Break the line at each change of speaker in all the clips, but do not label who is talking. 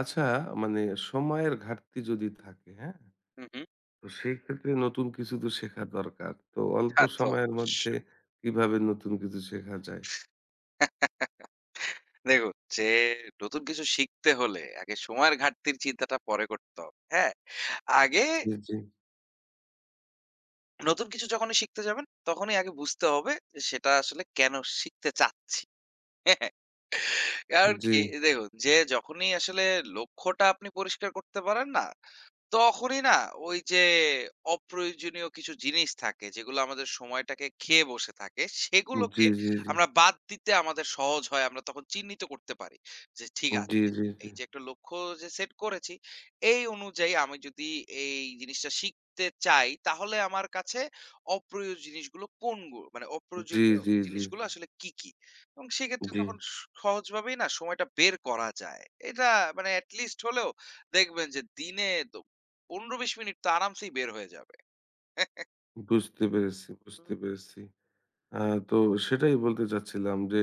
আচ্ছা, মানে সময়ের ঘাটতি যদি থাকে, হ্যাঁ?
হুম, হুম।
তো সেক্ষেত্রে নতুন কিছু তো শেখা দরকার। তো অল্প
তা তো
সময়ের মধ্যে
অবশ্যই।
কিভাবে নতুন কিছু শেখা যায়?
দেখুন যে নতুন কিছু শিখতে হলে আগে সময়ের ঘাটতির চিন্তাটা পরে করতে হবে। হ্যাঁ? আগে
জি, জি,
নতুন কিছু যখনই শিখতে যাবেন তখনই আগে বুঝতে হবে যে সেটা আসলে কেন শিখতে চাচ্ছি। হ্যাঁ, কারণ
জি,
কি দেখুন যে যখনই আসলে লক্ষ্যটা আপনি পরিষ্কার করতে পারেন না তখনই না ওই যে অপ্রয়োজনীয় কিছু জিনিস থাকে যেগুলো আমাদের সময়টাকে খেয়ে বসে থাকে
জি, জি,
সেগুলোকে
জি, জি,
আমরা বাদ দিতে আমাদের সহজ হয় আমরা তখন চিহ্নিত করতে পারি যে ঠিক
জি,
আছে
জি, জি,
এই যে একটা লক্ষ্য যে সেট করেছি এই অনুযায়ী আমি যদি এই জিনিসটা শিখতে চাই তাহলে আমার কাছে অপ্রয়োজনীয় জিনিসগুলো কোনগুলো মানে
জি,
অপ্রয়োজনীয়
জি, জি,
জিনিসগুলো আসলে কি কি এবং সেক্ষেত্রে
জি,
তখন সহজভাবেই না সময়টা বের করা যায়। এটা মানে অ্যাটলিস্ট হলেও দেখবেন যে দিনে ১৫-২০ মিনিট তো আরামসেই বের হয়ে যাবে।
বুঝতে পেরেছি,
হুম।
বুঝতে পেরেছি। আ তো সেটাই বলতে চাচ্ছিলাম যে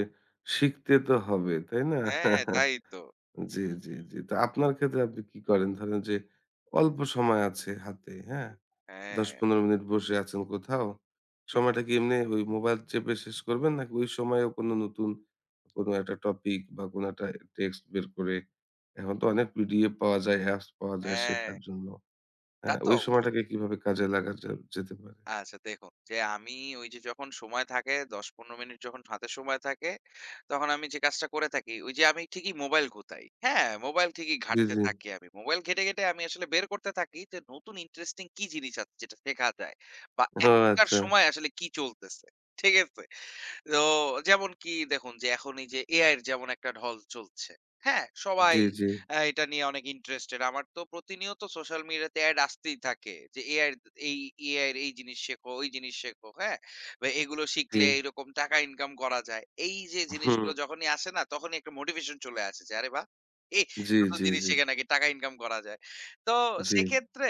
শিখতে তো হবে, তাই না?
হ্যাঁ, তাই তো।
জি, জি, জি। তো আপনার ক্ষেত্রে আপনি কি করেন? ধরেন যে অল্প সময় আছে হাতে, হ্যাঁ?
হ্যাঁ,
১০-১৫ মিনিট বসে আছেন কোথাও? সময়টা কি এমনি ওই মোবাইল চেপে শেষ করবেন? নাকি ওই সময়েও কোনো নতুন কোনো একটা টপিক বা কোনো একটা টেক্সট বের করে? এখন তো অনেক পিডিএফ পাওয়া যায়, অ্যাপস পাওয়া যায়
হ্যাঁ,
শেখার জন্য।
তা
হ্যাঁ,
তো
ওই
অবশ্যই।
সময়টাকে কিভাবে কাজে লাগা যেতে পারে?
আচ্ছা দেখুন যে আমি ওই যে যখন সময় থাকে ১০-১৫ মিনিট যখন হাতে সময় থাকে, তখন আমি যে কাজটা করে থাকি, ওই যে আমি ঠিকই মোবাইল গুতাই। হ্যাঁ, মোবাইল ঠিকই
জি,
ঘাঁটতে
জি।
থাকি আমি। মোবাইল ঘেঁটে, ঘেঁটে আমি আসলে বের করতে থাকি যে নতুন ইন্টারেস্টিং কি জিনিস আছে যেটা শেখা যায় বা
ও
এখনকার
আচ্ছা।
সময় আসলে কি চলতেছে। ঠিক আছে? তো যেমন কি দেখুন যে এখন এই যে এআই এর যেমন একটা ঢল চলছে। হ্যাঁ? সবাই
জি, জি,
এটা নিয়ে অনেক ইন্টারেস্টেড। আমার তো প্রতিনিয়ত সোশ্যাল মিডিয়াতে এড আসতেই থাকে যে এআই এই এআই এর এই জিনিস শেখো, ওই জিনিস শেখো। হ্যাঁ? বা এগুলো
জি।
শিখলে এরকম টাকা ইনকাম করা যায়। এই যে
হুম।
জিনিসগুলো যখনই আসে না তখনই একটা মোটিভেশন চলে আসে যে আরে বাহ! এই
জি,
নতুন
জি,
জিনিস
জি,
শিখে নাকি টাকা ইনকাম করা যায়। তো
জি।
সেক্ষেত্রে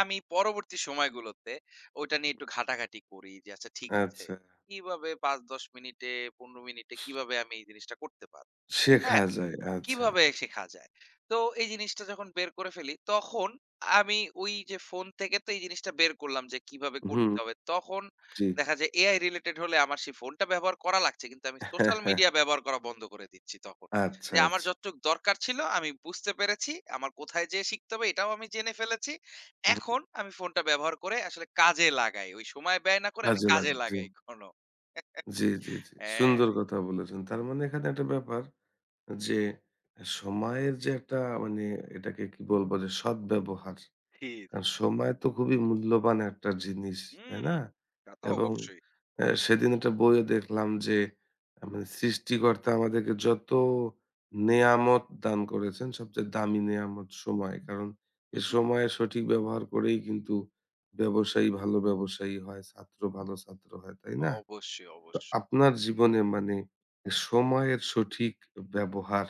আমি পরবর্তী সময়গুলোতে ওইটা নিয়ে একটু ঘাটাঘাটি করি যে আচ্ছা ঠিক আছে।
আচ্ছা।
কিভাবে ৫-১০ মিনিটে ১৫ মিনিটে কিভাবে আমি এই জিনিসটা করতে পারব?
শেখা
হ্যাঁ,
যায়। আচ্ছা।
কিভাবে শেখা যায়? তো এই জিনিসটা যখন বের করে ফেলি তখন আমি ওই যে ফোন থেকে তো এই জিনিসটা বের করলাম যে কিভাবে
হুম,
করতে হবে। তখন
জি।
দেখা যায় AI রিলেটেড হলে আমার সেই ফোনটা ব্যবহার করা লাগছে। কিন্তু আমি সোশ্যাল মিডিয়া ব্যবহার করা বন্ধ করে দিচ্ছি তখন।
আচ্ছা,
যে আমার
আচ্ছা।
যতটুক দরকার ছিল আমি বুঝতে পেরেছি। আমার কোথায় যেয়ে শিখতে হবে এটাও আমি জেনে ফেলেছি।
হুম,
এখন আমি ফোনটা ব্যবহার করে আসলে কাজে লাগাই। ওই সময় ব্যয় না করে আমি
কাজে
কাজে
লাগান। জি।
লাগাই কোনো।
জি, জি, জি। সুন্দর
হ্যাঁ।
কথা বলেছেন। তার মানে এখানে একটা ব্যাপার যে সময়ের যে একটা, মানে এটাকে কি বলবো যে সদ্ব্যবহার।
জি, জি।
কারণ সময় তো খুবই মূল্যবান একটা জিনিস, তাই
হুম,
না?
তা তো
এবং
অবশ্যই।
সেদিন একটা বইয়ে দেখলাম যে মানে সৃষ্টিকর্তা আমাদেরকে যত নেয়ামত দান করেছেন সবচেয়ে দামি নেয়ামত সময়। কারণ এ
হুম,
সময়ের সঠিক ব্যবহার করেই কিন্তু ব্যবসায়ী ভালো ব্যবসায়ী হয়, ছাত্র ভালো ছাত্র হয়, তাই না?
অবশ্যই,
তো
অবশ্যই।
আপনার জীবনে মানে সময়ের সঠিক ব্যবহার,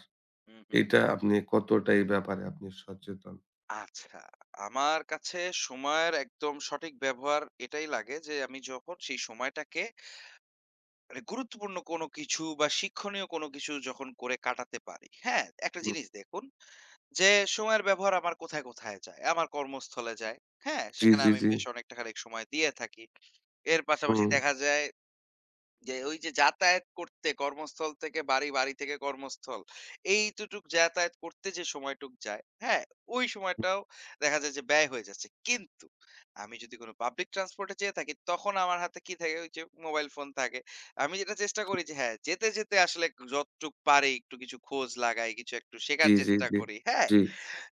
হুম, হুম।
এটা আপনি কতটা, এই ব্যাপারে আপনি সচেতন?
আচ্ছা, আমার কাছে সময়ের একদম সঠিক ব্যবহার এটাই লাগে যে আমি যখন সেই সময়টাকে মানে গুরুত্বপূর্ণ কোনো কিছু বা শিক্ষণীয় কোনো কিছু যখন করে কাটাতে পারি। হ্যাঁ? একটা
হুম।
জিনিস দেখুন যে সময়ের ব্যবহার আমার কোথায়, কোথায় যায়। আমার কর্মস্থলে যায়। হ্যাঁ?
জি,
সেখানে
জি,
আমি
জি।
বেশ অনেকটা খানিক সময় দিয়ে থাকি। এর
হুম,
পাশাপাশি দেখা যায় যে ওই যে যাতায়াত করতে কর্মস্থল থেকে বাড়ি, বাড়ি থেকে কর্মস্থল। এইতটুক যাতায়াত করতে যে সময়টুক যায়, হ্যাঁ? ওই
হুম।
সময়টাও দেখা যায় যে ব্যয় হয়ে যাচ্ছে। কিন্তু আমি যদি কোনো পাবলিক ট্রান্সপোর্ট এ যেয়ে থাকি তখন আমার হাতে কি থাকে? ওই যে মোবাইল ফোন থাকে। আমি যেটা চেষ্টা করি যে হ্যাঁ, যেতে, যেতে আসলে যতটুক পারি একটু কিছু খোঁজ লাগাই, কিছু একটু
জি,
শেখার
জি,
চেষ্টা
জি।
করি। হ্যাঁ?
জি,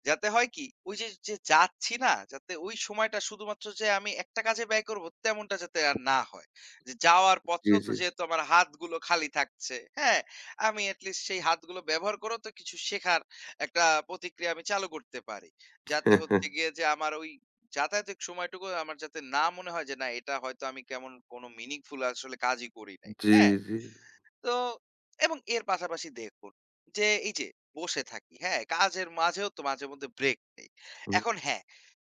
যাতে হয় কি? ওই যে, যে যাচ্ছি না? যাতে ওই সময়টা শুধুমাত্র যে আমি একটা কাজে ব্যয় করব তেমনটা যাতে আর না হয়। যে যাওয়ার
জি,
পথেও তো
জি।
যেহেতু আমার হাতগুলো খালি থাকছে, হ্যাঁ? আমি at least সেই হাতগুলো ব্যবহার করেও তো কিছু শেখার একটা প্রতিক্রিয়া আমি চালু করতে পারি। যাতে হচ্ছে গিয়ে যে আমার ওই যাতায়াতের সময়টুকু আমার যাতে না মনে হয় যে, না এটা হয়তো আমি কেমন কোনো meaningful আসলে কাজই করি নাই।
জি,
হ্যাঁ?
জি।
তো এবং এর পাশাপাশি দেখুন যে এই যে বসে থাকি হ্যাঁ কাজের মাঝেও তো মাঝে মধ্যে ব্রেক নেই
হুম।
এখন হ্যাঁ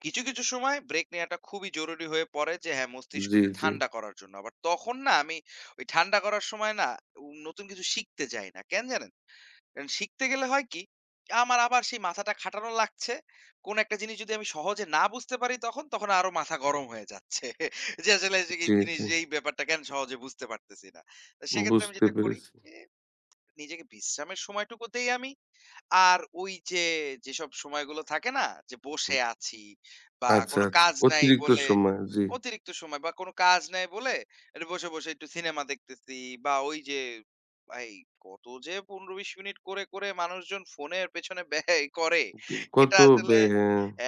কিছু কিছু সময় ব্রেক নেওয়াটা খুবই জরুরি হয়ে পড়ে যে হ্যাঁ
জি,
মস্তিষ্কটা
জি।
ঠান্ডা করার জন্য আবার তখন না আমি ওই ঠান্ডা করার সময় না নতুন কিছু শিখতে যাই না কেন জানেন কারণ শিখতে গেলে হয় কি আমার আবার সেই মাথাটা খাটানো লাগছে কোন একটা জিনিস যদি আমি সহজে না বুঝতে পারি তখন তখন আরো মাথা গরম হয়ে যাচ্ছে যে আসলে এই
জি,
জিনিস
জি।
এই ব্যাপারটা কেন সহজে বুঝতে পারতেছি না তো সেক্ষেত্রে আমি
বুঝতে
যেটা করি
পেরেছি।
যে, নিজেকে বিশ্রামের সময়টুকু দেই আমি। আর ওই যে, যেসব সময়গুলো থাকে না? যে,
হুম।
বসে আছি বা
আচ্ছা,
কোনো
আচ্ছা।
কাজ নাই
অতিরিক্ত
বলে
সময়, জি।
অতিরিক্ত সময় বা কোনো কাজ নাই বলে একটু বসে, বসে একটু সিনেমা দেখতেছি বা ওই যে, ভাই কত যে, ১৫-২০ মিনিট করে, করে মানুষজন ফোনের পেছনে ব্যয় করে
কত
এটা আসলে
ব্যা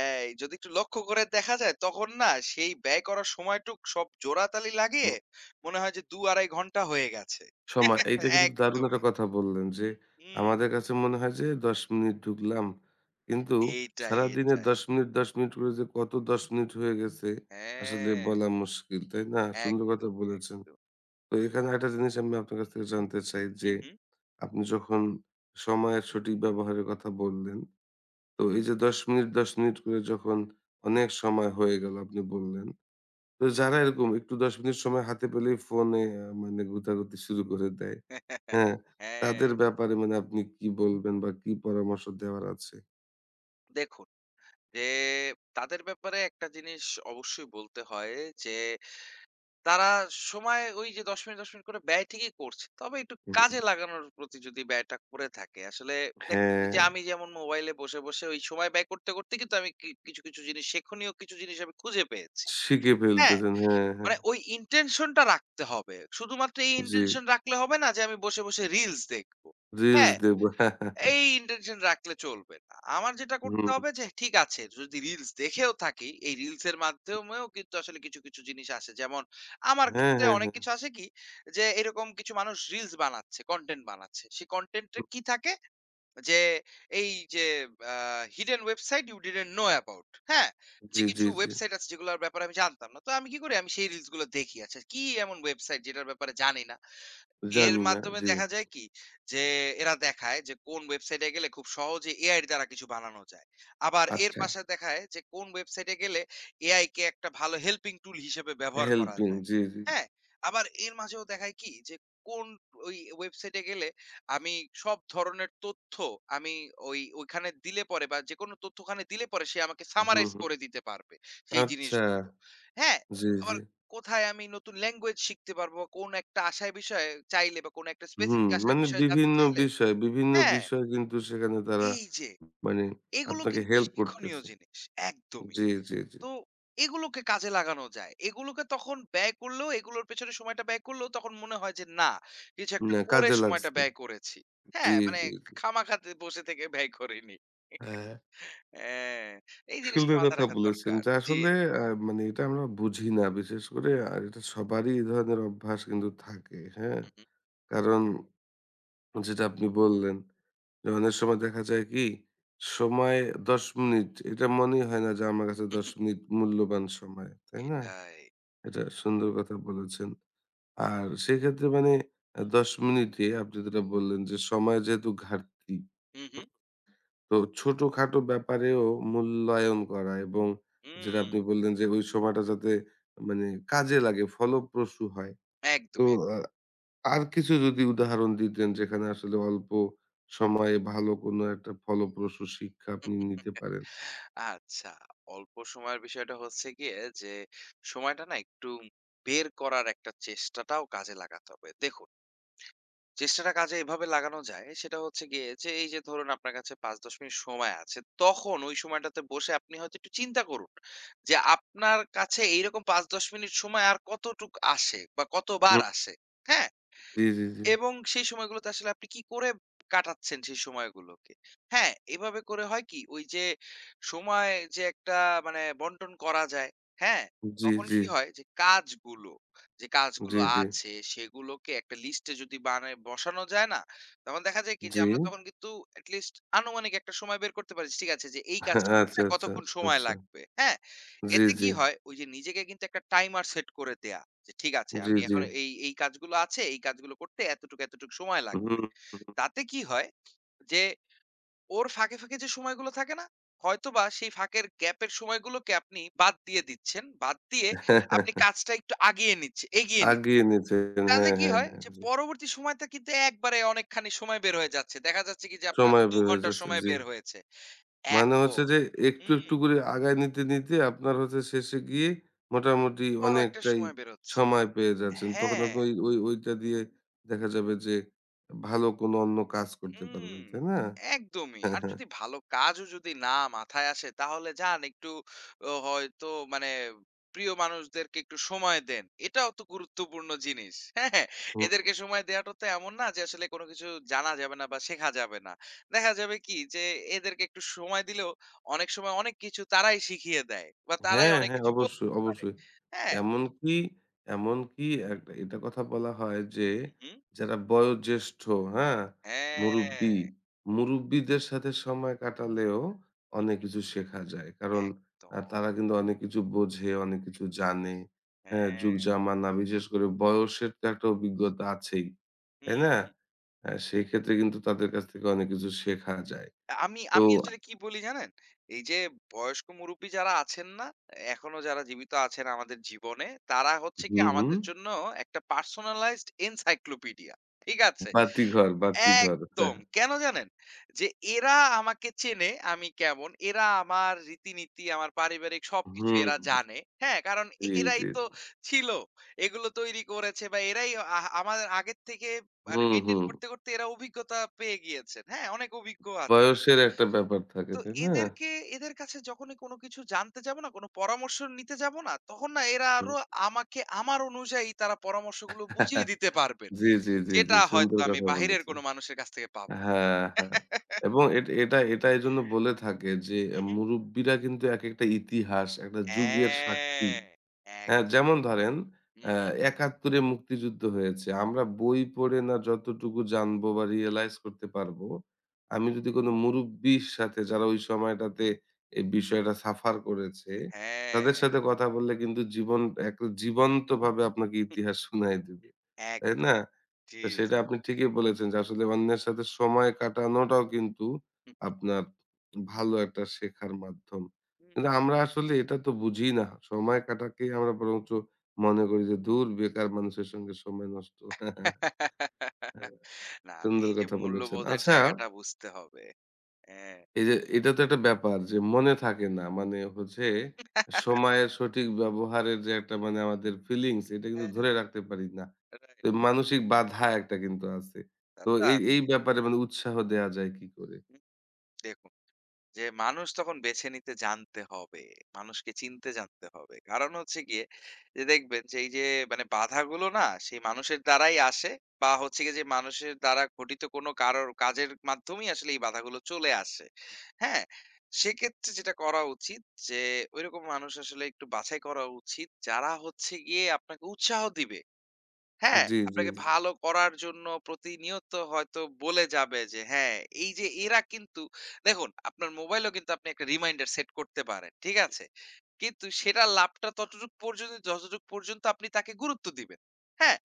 এই যদি একটু লক্ষ্য করে দেখা যায় তখন না সেই ব্যয় করার সময়টুক সব জোড়াতালি লাগিয়ে মনে হয় যে, ২ ২.৫ ঘন্টা হয়ে গেছে।
সময় এইটা কিন্তু দারুণ একটা
একদমই।
কথা বললেন যে,
হুম।
আমাদের কাছে মনে হয় যে ১০ মিনিট ঢুকলাম। কিন্তু
এইটাই,
সারাদিনে
এটাই।
১০ মিনিট, ১০ মিনিট করে যে কত ১০ মিনিট হয়ে গেছে আসলে
হ্যাঁ,
বলা মুশকিল, তাই না? সুন্দর কথা
একদমই,
বলেছেন।
একদম।
তো এখানে একটা জিনিস আমি আপনার কাছ থেকে জানতে চাই
হু,
যে,
হু।
আপনি যখন সময়ের সঠিক ব্যবহারের কথা বললেন, তো এই যে ১০ মিনিট, ১০ মিনিট করে যখন অনেক সময় হয়ে গেল আপনি বললেন। তো যারা এরকম একটু ১০ মিনিট সময় হাতে পেলেই ফোনে মানে গুতাগুতি শুরু করে দেয়, হ্যাঁ? তাদের
হ্যাঁ,
ব্যাপারে মানে আপনি কি বলবেন বা কি পরামর্শ দেওয়ার আছে?
দেখুন যে তাদের ব্যাপারে একটা জিনিস অবশ্যই বলতে হয় যে তারা সময় ওই যে ১০ মিনিট, ১০ মিনিট করে ব্যয় ঠিকই করছে। তবে একটু
হুম,
কাজে লাগানোর প্রতি যদি ব্যয়টা করে থাকে আসলে দেখুন এই
হ্যাঁ,
যে আমি যেমন মোবাইলে বসে, বসে ওই সময় ব্যয় করতে, করতে কিন্তু আমি কি কিছু, কিছু জিনিস শিক্ষণীয় কিছু জিনিস আমি খুঁজে পেয়েছি।
শিখে
হ্যাঁ?
ফেলতেছেন। হ্যাঁ, হ্যাঁ।
মানে ওই intention টা রাখতে হবে। শুধুমাত্র এই
জি,
intention রাখলে হবে না যে আমি বসে, বসে reels দেখব।
রিলস
হ্যাঁ?
দেব।
এই intention রাখলে চলবে না। আমার যেটা করতে
হুম।
হবে যে ঠিক আছে যদি reels দেখেও থাকি, এই reels এর মাধ্যমেও কিন্তু আসলে কিছু, কিছু জিনিস আসে। যেমন আমার
হ্যাঁ,
ক্ষেত্রে
হ্যাঁ,
অনেক
হ্যাঁ।
কিছু আসে কি যে এরকম কিছু মানুষ reels বানাচ্ছে, content বানাচ্ছে। সেই content এ
হুম,
কি থাকে যে এই যে hidden website you didn't know about হ্যাঁ যে
জি, জি,
কিছু
জি।
ওয়েবসাইট আছে যেগুলোর ব্যাপারে আমি জানতাম না তো আমি কি করি আমি সেই রিলস গুলো দেখি আচ্ছা কি এমন ওয়েবসাইট যেটার ব্যাপারে জানি না এর
জানি না।
মাধ্যমে
জি।
দেখা যায় কি? যে এরা দেখায় যে কোন ওয়েবসাইটে গেলে খুব সহজে এআই দ্বারা কিছু বানানো যায়। আবার এর
আচ্ছা।
পাশে দেখায় যে কোন ওয়েবসাইটে গেলে এআই কে একটা ভালো হেল্পিং টুল হিসেবে ব্যবহার করা
হেল্পিং
যায়।
জি, জি।
হ্যাঁ? আবার এর মাঝেও দেখায় কি? যে কোন ওই ওয়েবসাইটে গেলে আমি সব ধরনের তথ্য আমি ওই ওইখানে দিলে পরে বা যেকোনো তথ্য ওখানে দিলে পরে সে আমাকে
হুম,
সামারাইজ
হুম।
করে দিতে পারবে সেই
আচ্ছা।
জিনিসগুলো। হ্যাঁ?
জি, জি।
আবার কোথায় আমি নতুন ল্যাঙ্গুয়েজ শিখতে পারবো? কোন একটা আশায় বিষয়ে চাইলে বা কোন একটা
হুম,
স্পেসিফিক আশায়
মানে
বিষয়ে জানতে
বিভিন্ন
চাইলে
বিষয়, বিভিন্ন
হ্যাঁ,
বিষয় কিন্তু সেখানে তারা
এই যে
মানে
এগুলো
আপনাকে
কিন্তু
হেল্প
শিক্ষণীয়
করতেছে।
জিনিস একদমই।
জি, জি, জি।
তো এগুলোকে কাজে লাগানো যায়। এগুলোকে তখন ব্যয় করলেও এগুলোর পেছনে সময়টা ব্যয় করলেও তখন মনে হয় যে না, কিছু একটা
না,
করে
কাজে
সময়টা
লাগছে।
ব্যয় করেছি।
জি,
হ্যাঁ, মানে
জি, জি।
খামাখাতে বসে থেকে ব্যয় করিনি।
হ্যাঁ।
হ্যাঁ, এই জিনিসটা
সুন্দর
মাথায়
কথা
রাখা
বলেছেন
দরকার।
যে
জি,
আসলে
জি।
মানে এটা আমরা বুঝি না। বিশেষ করে এটা সবারই এই ধরনের অভ্যাস কিন্তু থাকে। হ্যাঁ?
হু, হু।
কারণ যেটা আপনি বললেন যে অনেক সময় দেখা যায় কি, সময় ১০ মিনিট, এটা মনেই হয় না যে আমার কাছে ১০ মিনিট মূল্যবান সময়। তাই না?
এটাই।
এটা সুন্দর কথা বলেছেন। আর সেক্ষেত্রে মানে ১০ মিনিটে আপনি যেটা বললেন যে, সময় যেহেতু ঘাটতি,
হু, হু।
তো ছোটখাটো ব্যাপারেও মূল্যায়ন করা এবং যেটা
হুম,
আপনি বললেন যে, ওই সময়টা যাতে, মানে কাজে লাগে, ফলপ্রসূ হয়।
একদম।
তো আ আর কিছু যদি উদাহরণ দিতেন, যেখানে আসলে অল্প সময়ে ভালো কোনো একটা ফলপ্রসূ শিক্ষা আপনি নিতে পারেন?
আচ্ছা, অল্প সময়ের বিষয়টা হচ্ছে গিয়ে যে, সময়টা না একটু বের করার একটা চেষ্টাটাও কাজে লাগাতে হবে। দেখুন, চেষ্টাটা কাজে এভাবে লাগানো যায়, সেটা হচ্ছে গিয়ে যে এই যে ধরুন আপনার কাছে ৫-১০ মিনিট সময় আছে, তখন ওই সময়টাতে বসে আপনি হয়তো একটু চিন্তা করুন যে, আপনার কাছে এইরকম ৫-১০ মিনিট সময় আর কতটুক আসে বা কতবার
হুম,
আসে? হ্যাঁ?
জি, জি, জি।
এবং সেই সময়গুলোতে আসলে আপনি কি করে কাটাচ্ছেন সেই সময়গুলোকে? হ্যাঁ, এভাবে করে হয় কি ওই যে সময় যে একটা মানে বন্টন করা যায়, হ্যাঁ?
জি,
তখন
জি,
কি হয় যে কাজগুলো, যে কাজগুলো
জি, জি,
আছে সেগুলোকে একটা লিস্টে যদি বানায় বসানো যায় না? তখন দেখা যায় কি যে
জি।
আমরা তখন কিন্তু এটলিস্ট আনুমানিক একটা সময় বের করতে পারি। ঠিক আছে যে এই কাজটা করতে
আচ্ছা, আচ্ছা,
কতক্ষণ সময়
আচ্ছা।
লাগবে, হ্যাঁ?
জি,
এতে
জি,
কি হয়? ওই যে নিজেকে কিন্তু একটা টাইমার সেট করে দেয়া। যে ঠিক আছে
জি,
আমি
জি।
এখন এই, এই কাজগুলো আছে, এই কাজগুলো করতে এতটুকু, এতটুকু সময়
হুম।
লাগবে। তাতে কি হয় যে ওর ফাঁকে, ফাঁকে যে সময়গুলো থাকে না? হয়তোবা সেই ফাঁকের গ্যাপের সময়গুলোকে আপনি বাদ দিয়ে দিচ্ছেন। বাদ দিয়ে আপনি কাজটা একটু আগিয়ে নিচ্ছে এগিয়ে নিচ্ছেন।
আগিয়ে নিতেন।
তাহলে
হ্যাঁ,
কি
হ্যাঁ,
হয়
হ্যাঁ।
যে
জি।
পরবর্তী সময়টা কিন্তু একবারে অনেকখানি সময় বের হয়ে যাচ্ছে। দেখা যাচ্ছে কি যে আপনার হয়তো
সময়
২
বের হয়ে
ঘন্টার
যাচ্ছে।
সময়
জি।
বের হয়েছে।
মানে হচ্ছে
এখন
যে একটু,
হুম,
একটু করে আগায় নিতে, নিতে আপনার হচ্ছে শেষে গিয়ে মোটামুটি
বড় একটা
অনেকটাই
সময় বের হচ্ছে।
সময় পেয়ে যাচ্ছেন। তখন
হ্যাঁ।
আপনি ওই ওই ওইটা দিয়ে দেখা যাবে যে ভালো কোনো অন্য কাজ করতে পারবেন।
হুম,
তাই না?
একদমই। আর যদি ভালো কাজও যদি না মাথায় আসে তাহলে যান একটু ও হয়তো মানে প্রিয় মানুষদেরকে একটু সময় দেন। এটাও তো গুরুত্বপূর্ণ জিনিস। হ্যাঁ, হ্যাঁ।
হু।
এদেরকে সময় দেওয়াটা তো এমন না যে আসলে কোনো কিছু জানা যাবে না বা শেখা যাবে না। দেখা যাবে কি যে এদেরকে একটু সময় দিলেও অনেক সময় অনেক কিছু তারাই শিখিয়ে দেয় বা তারাই
হ্যাঁ,
অনেক
হ্যাঁ,
কিছু
অবশ্যই,
বলতে পারে।
অবশ্যই।
হ্যাঁ,
এমনকি, এমনকি, এটা কথা বলা হয় যে,
হুম,
যারা বয়োজ্যেষ্ঠ, হ্যাঁ? মুরুব্বি,
হ্যাঁ,
মুরুব্বিদের সাথে সময় কাটালেও অনেক কিছু শেখা যায়। কারণ
একদম।
তারা কিন্তু অনেক কিছু বোঝে, অনেক কিছু জানে। হ্যাঁ? যুগ
হ্যাঁ,
জামানা, বিশেষ করে বয়সের তো একটা অভিজ্ঞতা আছেই। তাই না?
হুম।
সেই ক্ষেত্রে কিন্তু তাদের কাছ থেকে অনেক কিছু শেখা যায়।
আমি
তো
আমি আসলে কি বলি জানেন? এই যে বয়স্ক মুরুব্বি যারা আছেন না? এখনো যারা জীবিত আছেন আমাদের জীবনে, তারা হচ্ছে কি
হুম, হুম।
আমাদের জন্য একটা পার্সোনালাইজড এনসাইক্লোপিডিয়া। ঠিক আছে?
বাতিঘর, বাতিঘর। হ্যাঁ,
একদম। কেন জানেন? যে এরা আমাকে চেনে আমি কেমন, এরা আমার রীতিনীতি, আমার পারিবারিক সবকিছু
হুম।
এরা জানে। হ্যাঁ? কারণ
জি,
এরাই
জি,
তো
জি।
ছিল। এগুলো তৈরি করেছে বা এরাই আমার আগের থেকে মানে
হুম,
মেইনটেইন
হুম।
করতে, করতে এরা অভিজ্ঞতা পেয়ে গিয়েছেন। হ্যাঁ? অনেক অভিজ্ঞ আছে।
বয়সের একটা ব্যাপার থাকে,
তো
তাই না?
এদেরকে এদের কাছে যখনই কোনো কিছু জানতে যাব না, কোনো পরামর্শ নিতে যাব না, তখন না এরা
হুম।
আরো আমাকে আমার অনুযায়ী তারা পরামর্শগুলো বুঝিয়ে দিতে পারবেন।
জি, জি, জি, জি,
যেটা হয়তো
সুন্দর
আমি
কথা
বাহিরের
বলেছেন।
কোনো মানুষের কাছ থেকে পাবো না।
হ্যাঁ, হ্যাঁ। এবং এট এটা এটা এজন্য বলে থাকে যে,
হু, হু।
মুরুব্বিরা কিন্তু একেকটা ইতিহাস, একটা যুগের সাক্ষী।
হ্যাঁ, এক
হ্যাঁ, যেমন ধরেন
হু, হু।
৭১ এ মুক্তিযুদ্ধ হয়েছে। আমরা বই পড়ে না যতটুকু জানবো বা রিয়ালাইজ করতে পারবো, আমি যদি কোনো মুরুব্বির সাথে যারা ওই সময়টাতে এই বিষয়টা সাফার করেছে,
হ্যাঁ,
তাদের সাথে কথা বললে কিন্তু জীবন একটা জীবন্তভাবে আপনাকে ইতিহাস শুনায় দিবে।
এক
তাই না?
জি।
তো সেটা আপনি ঠিকই বলেছেন যে আসলে অন্যের সাথে সময় কাটানোটাও কিন্তু আপনার ভালো একটা শেখার মাধ্যম। কিন্তু আমরা আসলে এটা তো বুঝি না। সময় কাটাকেই আমরা বরঞ্চ মনে করি যে দূর, বেকার মানুষের সঙ্গে সময় নষ্ট।
না, না,
সুন্দর
এই যে
কথা বলেছেন।
মূল্যবোধের
আচ্ছা,
জায়গাটা বুঝতে হবে। হ্যাঁ,
এই যে এটা তো একটা ব্যাপার যে মনে থাকে না। মানে হচ্ছে সময়ের সঠিক ব্যবহারের যে একটা, মানে আমাদের ফিলিংস, এটা কিন্তু
হ্যাঁ,
ধরে রাখতে পারি না।
রাইট
তো মানসিক বাধা একটা কিন্তু আছে।
তা
তো
তো
এই এই
আছেই।
ব্যাপারে মানে উৎসাহ দেয়া যায় কি করে?
হুম, দেখুন যে মানুষ তখন বেছে নিতে জানতে হবে। মানুষকে চিনতে জানতে হবে। কারণ হচ্ছে গিয়ে যে দেখবেন যে এই যে মানে বাধাগুলো না সেই মানুষের দ্বারাই আসে বা হচ্ছে গিয়ে যে মানুষের দ্বারা ঘটিত কোনো কারোর কাজের মাধ্যমেই আসলে এই বাধাগুলো চলে আসে। হ্যাঁ? সেক্ষেত্রে যেটা করা উচিত যে ঐরকম মানুষ আসলে একটু বাছাই করা উচিত যারা হচ্ছে গিয়ে আপনাকে উৎসাহ দিবে। হ্যাঁ,
জি, জি,
আপনাকে
জি।
ভালো করার জন্য প্রতিনিয়ত হয়তো বলে যাবে যে হ্যাঁ, এই যে এরা কিন্তু দেখুন আপনার মোবাইলেও কিন্তু আপনি একটা রিমাইন্ডার সেট করতে পারেন। ঠিক আছে? কিন্তু সেটার লাভটা ততটুক পর্যন্ত যতটুক পর্যন্ত আপনি তাকে গুরুত্ব দিবেন। হ্যাঁ?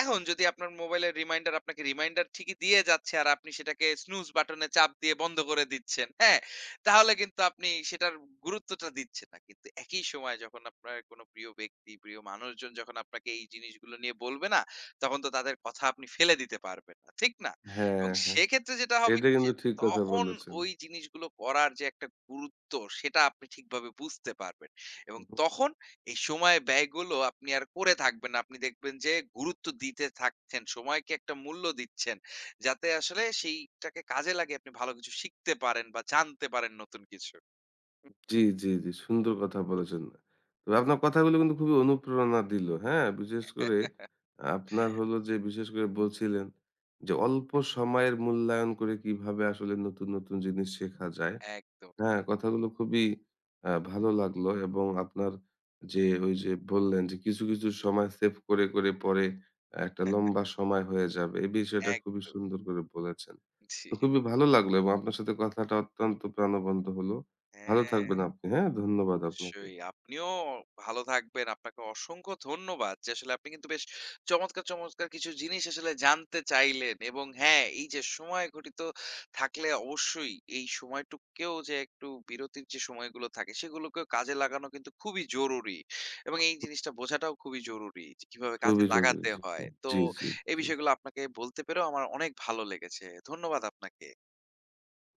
এখন যদি আপনার মোবাইলের রিমাইন্ডার আপনাকে রিমাইন্ডার ঠিকই দিয়ে যাচ্ছে আর আপনি সেটাকে স্নুজ বাটনে চাপ দিয়ে বন্ধ করে দিচ্ছেন। হ্যাঁ? তাহলে কিন্তু আপনি সেটার গুরুত্বটা দিচ্ছেন না। কিন্তু একই সময়ে যখন আপনার কোনো প্রিয় ব্যক্তি, প্রিয় মানুষজন যখন আপনাকে এই জিনিসগুলো নিয়ে বলবে না, তখন তো তাদের কথা আপনি ফেলে দিতে পারবেন না। ঠিক না?
হ্যাঁ,
এবং
হ্যাঁ।
সেক্ষেত্রে যেটা হবে
এটা
কি
কিন্তু
যে
ঠিক কথা
তখন
বলেছেন।
ওই জিনিসগুলো করার যে একটা গুরুত্ব সেটা আপনি ঠিকভাবে বুঝতে পারবেন। এবং
হুম।
তখন এই সময় ব্যয়গুলো আপনি আর করে থাকবেন না। আপনি দেখবেন যে গুরুত্ব দিতে থাকছেন, সময়কে একটা মূল্য দিচ্ছেন। যাতে আসলে সেইটাকে কাজে লাগিয়ে আপনি ভালো কিছু শিখতে পারেন বা জানতে পারেন নতুন কিছু। হুম।
জি, জি, জি। সুন্দর কথা বলেছেন। তো আপনার কথাগুলো কিন্তু খুবই অনুপ্রেরণা দিল। হ্যাঁ? বিশেষ করে আপনার হলো যে, বিশেষ করে বলছিলেন যে অল্প সময়ের মূল্যায়ন করে কিভাবে আসলে নতুন, নতুন জিনিস শেখা যায়।
একদম,
হ্যাঁ, কথাগুলো খুবই ভালো লাগলো এবং আপনার যে ওই যে বললেন যে কিছু, কিছু সময় সেভ করে, করে পরে একটা লম্বা সময় হয়ে যাবে। এই বিষয়টা খুবই
একদম।
সুন্দর করে বলেছেন।
জি।
তো খুবই ভালো লাগলো এবং আপনার সাথে কথাটা অত্যন্ত প্রাণবন্ত হলো। ভালো
হ্যাঁ।
থাকবেন আপনি, হ্যাঁ? ধন্যবাদ আপনাকে।
অবশ্যই। আপনিও ভালো থাকবেন। আপনাকে অসংখ্য ধন্যবাদ যে আসলে আপনি কিন্তু বেশ চমৎকার, চমৎকার কিছু জিনিস আসলে জানতে চাইলেন এবং হ্যাঁ, এই যে সময় ঘটিত থাকলে অবশ্যই এই সময়টুকুকেও যে একটু বিরতির যে সময়গুলো থাকে সেগুলোকেও কাজে লাগানো কিন্তু খুবই জরুরি এবং এই জিনিসটা বোঝাটাও খুবই জরুরি যে কিভাবে কাজে
খুবই জরুরি।
লাগাতে হয়। তো
জি, জি,
এই
জি।
বিষয়গুলো আপনাকে বলতে পেরেও আমার অনেক ভালো লেগেছে। ধন্যবাদ আপনাকে।